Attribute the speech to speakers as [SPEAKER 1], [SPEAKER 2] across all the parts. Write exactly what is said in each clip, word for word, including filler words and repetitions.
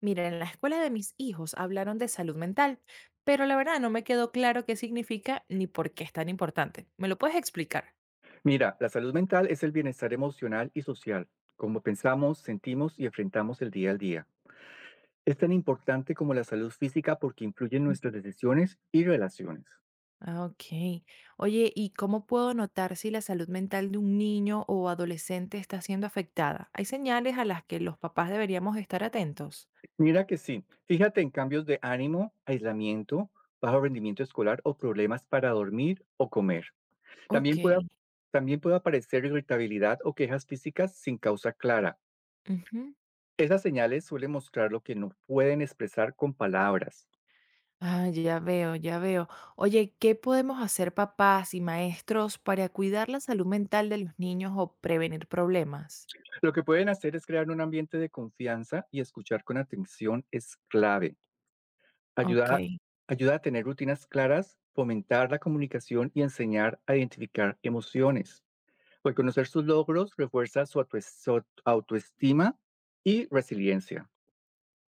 [SPEAKER 1] Mira, en la escuela de mis hijos hablaron de salud mental, pero la verdad no me quedó claro qué significa ni por qué es tan importante. ¿Me lo puedes explicar?
[SPEAKER 2] Mira, la salud mental es el bienestar emocional y social, como pensamos, sentimos y enfrentamos el día al día. Es tan importante como la salud física porque influye en
[SPEAKER 1] Mm.
[SPEAKER 2] nuestras decisiones y relaciones.
[SPEAKER 1] Ah, ok. Oye, ¿y cómo puedo notar si la salud mental de un niño o adolescente está siendo afectada? ¿Hay señales a las que los papás deberíamos estar atentos?
[SPEAKER 2] Mira que sí, fíjate en cambios de ánimo, aislamiento, bajo rendimiento escolar o problemas para dormir o comer.
[SPEAKER 1] Ok.
[SPEAKER 2] También puede, también puede aparecer irritabilidad o quejas físicas sin causa clara.
[SPEAKER 1] Ujú.
[SPEAKER 2] Esas señales suelen mostrar lo que no pueden expresar con palabras.
[SPEAKER 1] Ah, ya veo, ya veo. Oye, ¿qué podemos hacer papás y maestros para cuidar la salud mental de los niños o prevenir problemas?
[SPEAKER 2] Lo que pueden hacer es crear un ambiente de confianza y escuchar con atención es clave. Ayuda,
[SPEAKER 1] Ok.
[SPEAKER 2] ayuda a tener rutinas claras, fomentar la comunicación y enseñar a identificar emociones. Reconocer sus logros refuerza su autoes- su autoestima y resiliencia.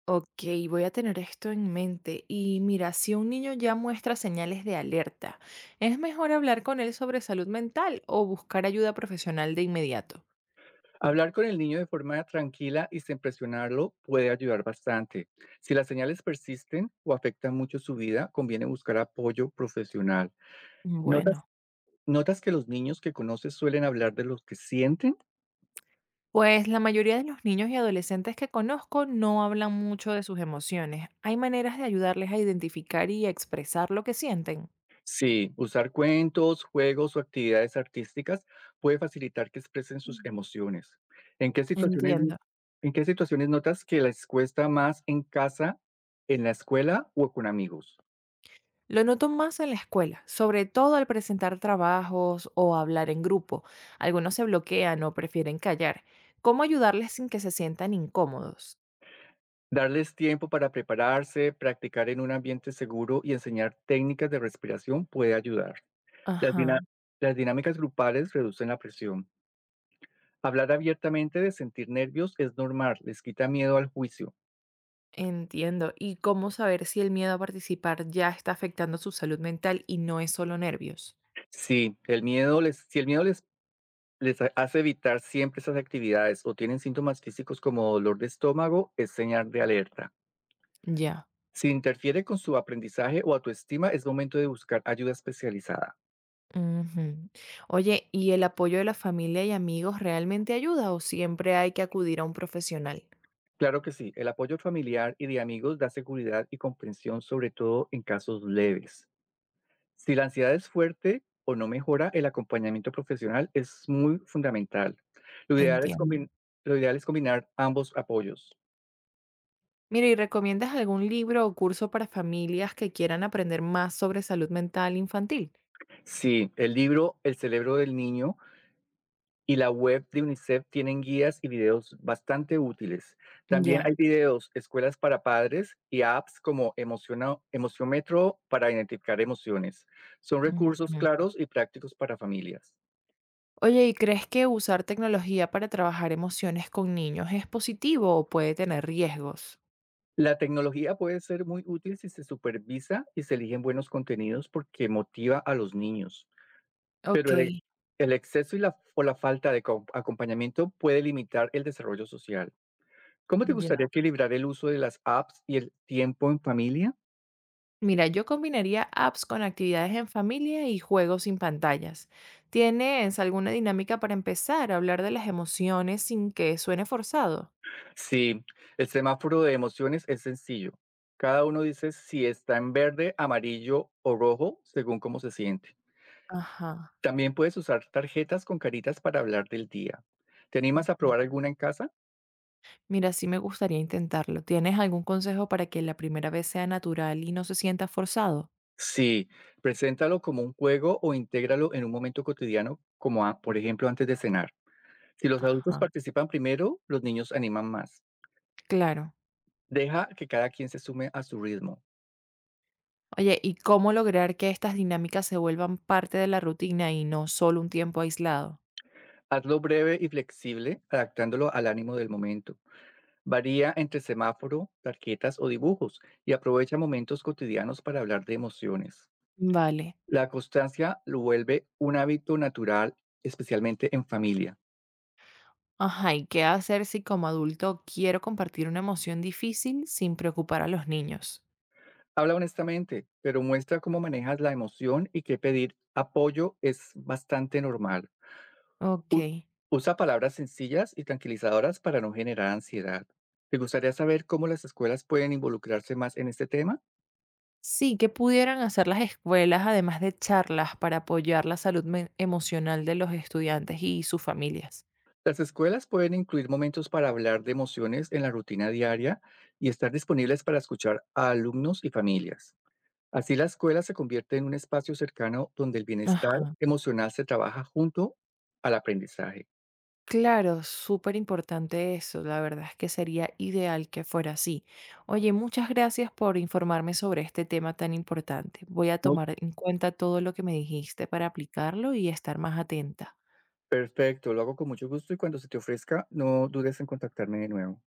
[SPEAKER 1] Ok, voy a tener esto en mente. Y mira, si un niño ya muestra señales de alerta, ¿es mejor hablar con él sobre salud mental o buscar ayuda profesional de inmediato?
[SPEAKER 2] Hablar con el niño de forma tranquila y sin presionarlo puede ayudar bastante. Si las señales persisten o afectan mucho su vida, conviene buscar apoyo profesional. ¿Notas
[SPEAKER 1] Bueno,
[SPEAKER 2] ¿Notas que los niños que conoces suelen hablar de lo que sienten?
[SPEAKER 1] pues la mayoría de los niños y adolescentes que conozco no hablan mucho de sus emociones. ¿Hay maneras de ayudarles a identificar y a expresar lo que sienten?
[SPEAKER 2] Sí, usar cuentos, juegos o actividades artísticas puede facilitar que expresen sus
[SPEAKER 1] Mm.
[SPEAKER 2] emociones. ¿En qué situaciones,
[SPEAKER 1] Entiendo.
[SPEAKER 2] en qué situaciones notas que les cuesta más en casa, en la escuela o con amigos?
[SPEAKER 1] Lo noto más en la escuela, sobre todo al presentar trabajos o hablar en grupo. Algunos se bloquean o prefieren callar. ¿Cómo ayudarles sin que se sientan incómodos?
[SPEAKER 2] Darles tiempo para prepararse, practicar en un ambiente seguro y enseñar técnicas de respiración puede ayudar. Las, dina-
[SPEAKER 1] Ajá,
[SPEAKER 2] las dinámicas grupales reducen la presión. Hablar abiertamente de sentir nervios es normal, les quita miedo al juicio.
[SPEAKER 1] entiendo. ¿Y cómo saber si el miedo a participar ya está afectando su salud mental y no es solo nervios?
[SPEAKER 2] Sí, el miedo les, si el miedo les, les ha- hace evitar siempre esas actividades o tienen síntomas físicos como dolor de estómago, es señal de alerta.
[SPEAKER 1] Ya.
[SPEAKER 2] Si interfiere con su aprendizaje o autoestima, es momento de buscar ayuda especializada.
[SPEAKER 1] Ujú. Oye, ¿y el apoyo de la familia y amigos realmente ayuda o siempre hay que acudir a un profesional?
[SPEAKER 2] Claro que sí, el apoyo familiar y de amigos da seguridad y comprensión, sobre todo en casos leves. Si la ansiedad es fuerte o no mejora, el acompañamiento profesional es muy fundamental. Lo ideal es,
[SPEAKER 1] Entiendo.
[SPEAKER 2] combin- lo ideal es combinar ambos apoyos.
[SPEAKER 1] Mira, ¿y recomiendas algún libro o curso para familias que quieran aprender más sobre salud mental infantil?
[SPEAKER 2] Sí, el libro El cerebro del niño y la web de UNICEF tienen guías y videos bastante útiles. También
[SPEAKER 1] Ya.
[SPEAKER 2] hay videos, escuelas para padres y apps como Emociona- Emociómetro para identificar emociones. Son
[SPEAKER 1] Ujú.
[SPEAKER 2] recursos claros y prácticos para familias.
[SPEAKER 1] Oye, ¿y crees que usar tecnología para trabajar emociones con niños es positivo o puede tener riesgos?
[SPEAKER 2] La tecnología puede ser muy útil si se supervisa y se eligen buenos contenidos porque motiva a los niños,
[SPEAKER 1] Ok,
[SPEAKER 2] pero el, ex- el exceso y la, o la falta de co- acompañamiento puede limitar el desarrollo social. ¿Cómo te
[SPEAKER 1] ya.
[SPEAKER 2] gustaría equilibrar el uso de las apps y el tiempo en familia?
[SPEAKER 1] Mira, yo combinaría apps con actividades en familia y juegos sin pantallas. ¿Tienes alguna dinámica para empezar a hablar de las emociones sin que suene forzado?
[SPEAKER 2] Sí, el semáforo de emociones es sencillo. Cada uno dice si está en verde, amarillo o rojo según cómo se siente.
[SPEAKER 1] Ajá.
[SPEAKER 2] También puedes usar tarjetas con caritas para hablar del día. ¿Te animas a
[SPEAKER 1] Ujú.
[SPEAKER 2] probar alguna en casa?
[SPEAKER 1] Mira, sí me gustaría intentarlo. ¿Tienes algún consejo para que la primera vez sea natural y no se sienta forzado?
[SPEAKER 2] Sí, preséntalo como un juego o intégralo en un momento cotidiano, como a- por ejemplo antes de cenar. Si los adultos
[SPEAKER 1] Ajá,
[SPEAKER 2] participan primero, los niños animan más.
[SPEAKER 1] claro.
[SPEAKER 2] Deja que cada quien se sume a su ritmo.
[SPEAKER 1] Oye, ¿y cómo lograr que estas dinámicas se vuelvan parte de la rutina y no solo un tiempo aislado?
[SPEAKER 2] Hazlo breve y flexible, adaptándolo al ánimo del momento. Varía entre semáforo, tarjetas o dibujos y aprovecha momentos cotidianos para hablar de emociones.
[SPEAKER 1] Vale.
[SPEAKER 2] La constancia lo vuelve un hábito natural, especialmente en familia.
[SPEAKER 1] Ajá, ¿y qué hacer si como adulto quiero compartir una emoción difícil sin preocupar a los niños?
[SPEAKER 2] Habla honestamente, pero muestra cómo manejas la emoción y que pedir apoyo es bastante normal.
[SPEAKER 1] Ok.
[SPEAKER 2] U- usa palabras sencillas y tranquilizadoras para no generar ansiedad. ¿Te gustaría saber cómo las escuelas pueden involucrarse más en este tema?
[SPEAKER 1] Sí, ¿qué pudieran hacer las escuelas además de charlas para apoyar la salud men- emocional de los estudiantes y sus familias?
[SPEAKER 2] Las escuelas pueden incluir momentos para hablar de emociones en la rutina diaria y estar disponibles para escuchar a alumnos y familias. Así la escuela se convierte en un espacio cercano donde el bienestar
[SPEAKER 1] Ajá.
[SPEAKER 2] emocional se trabaja junto al aprendizaje.
[SPEAKER 1] Claro, súper importante eso. La verdad es que sería ideal que fuera así. Oye, muchas gracias por informarme sobre este tema tan importante. Voy a
[SPEAKER 2] No.
[SPEAKER 1] tomar en cuenta todo lo que me dijiste para aplicarlo y estar más atenta.
[SPEAKER 2] Perfecto, lo hago con mucho gusto y cuando se te ofrezca, no dudes en contactarme de nuevo.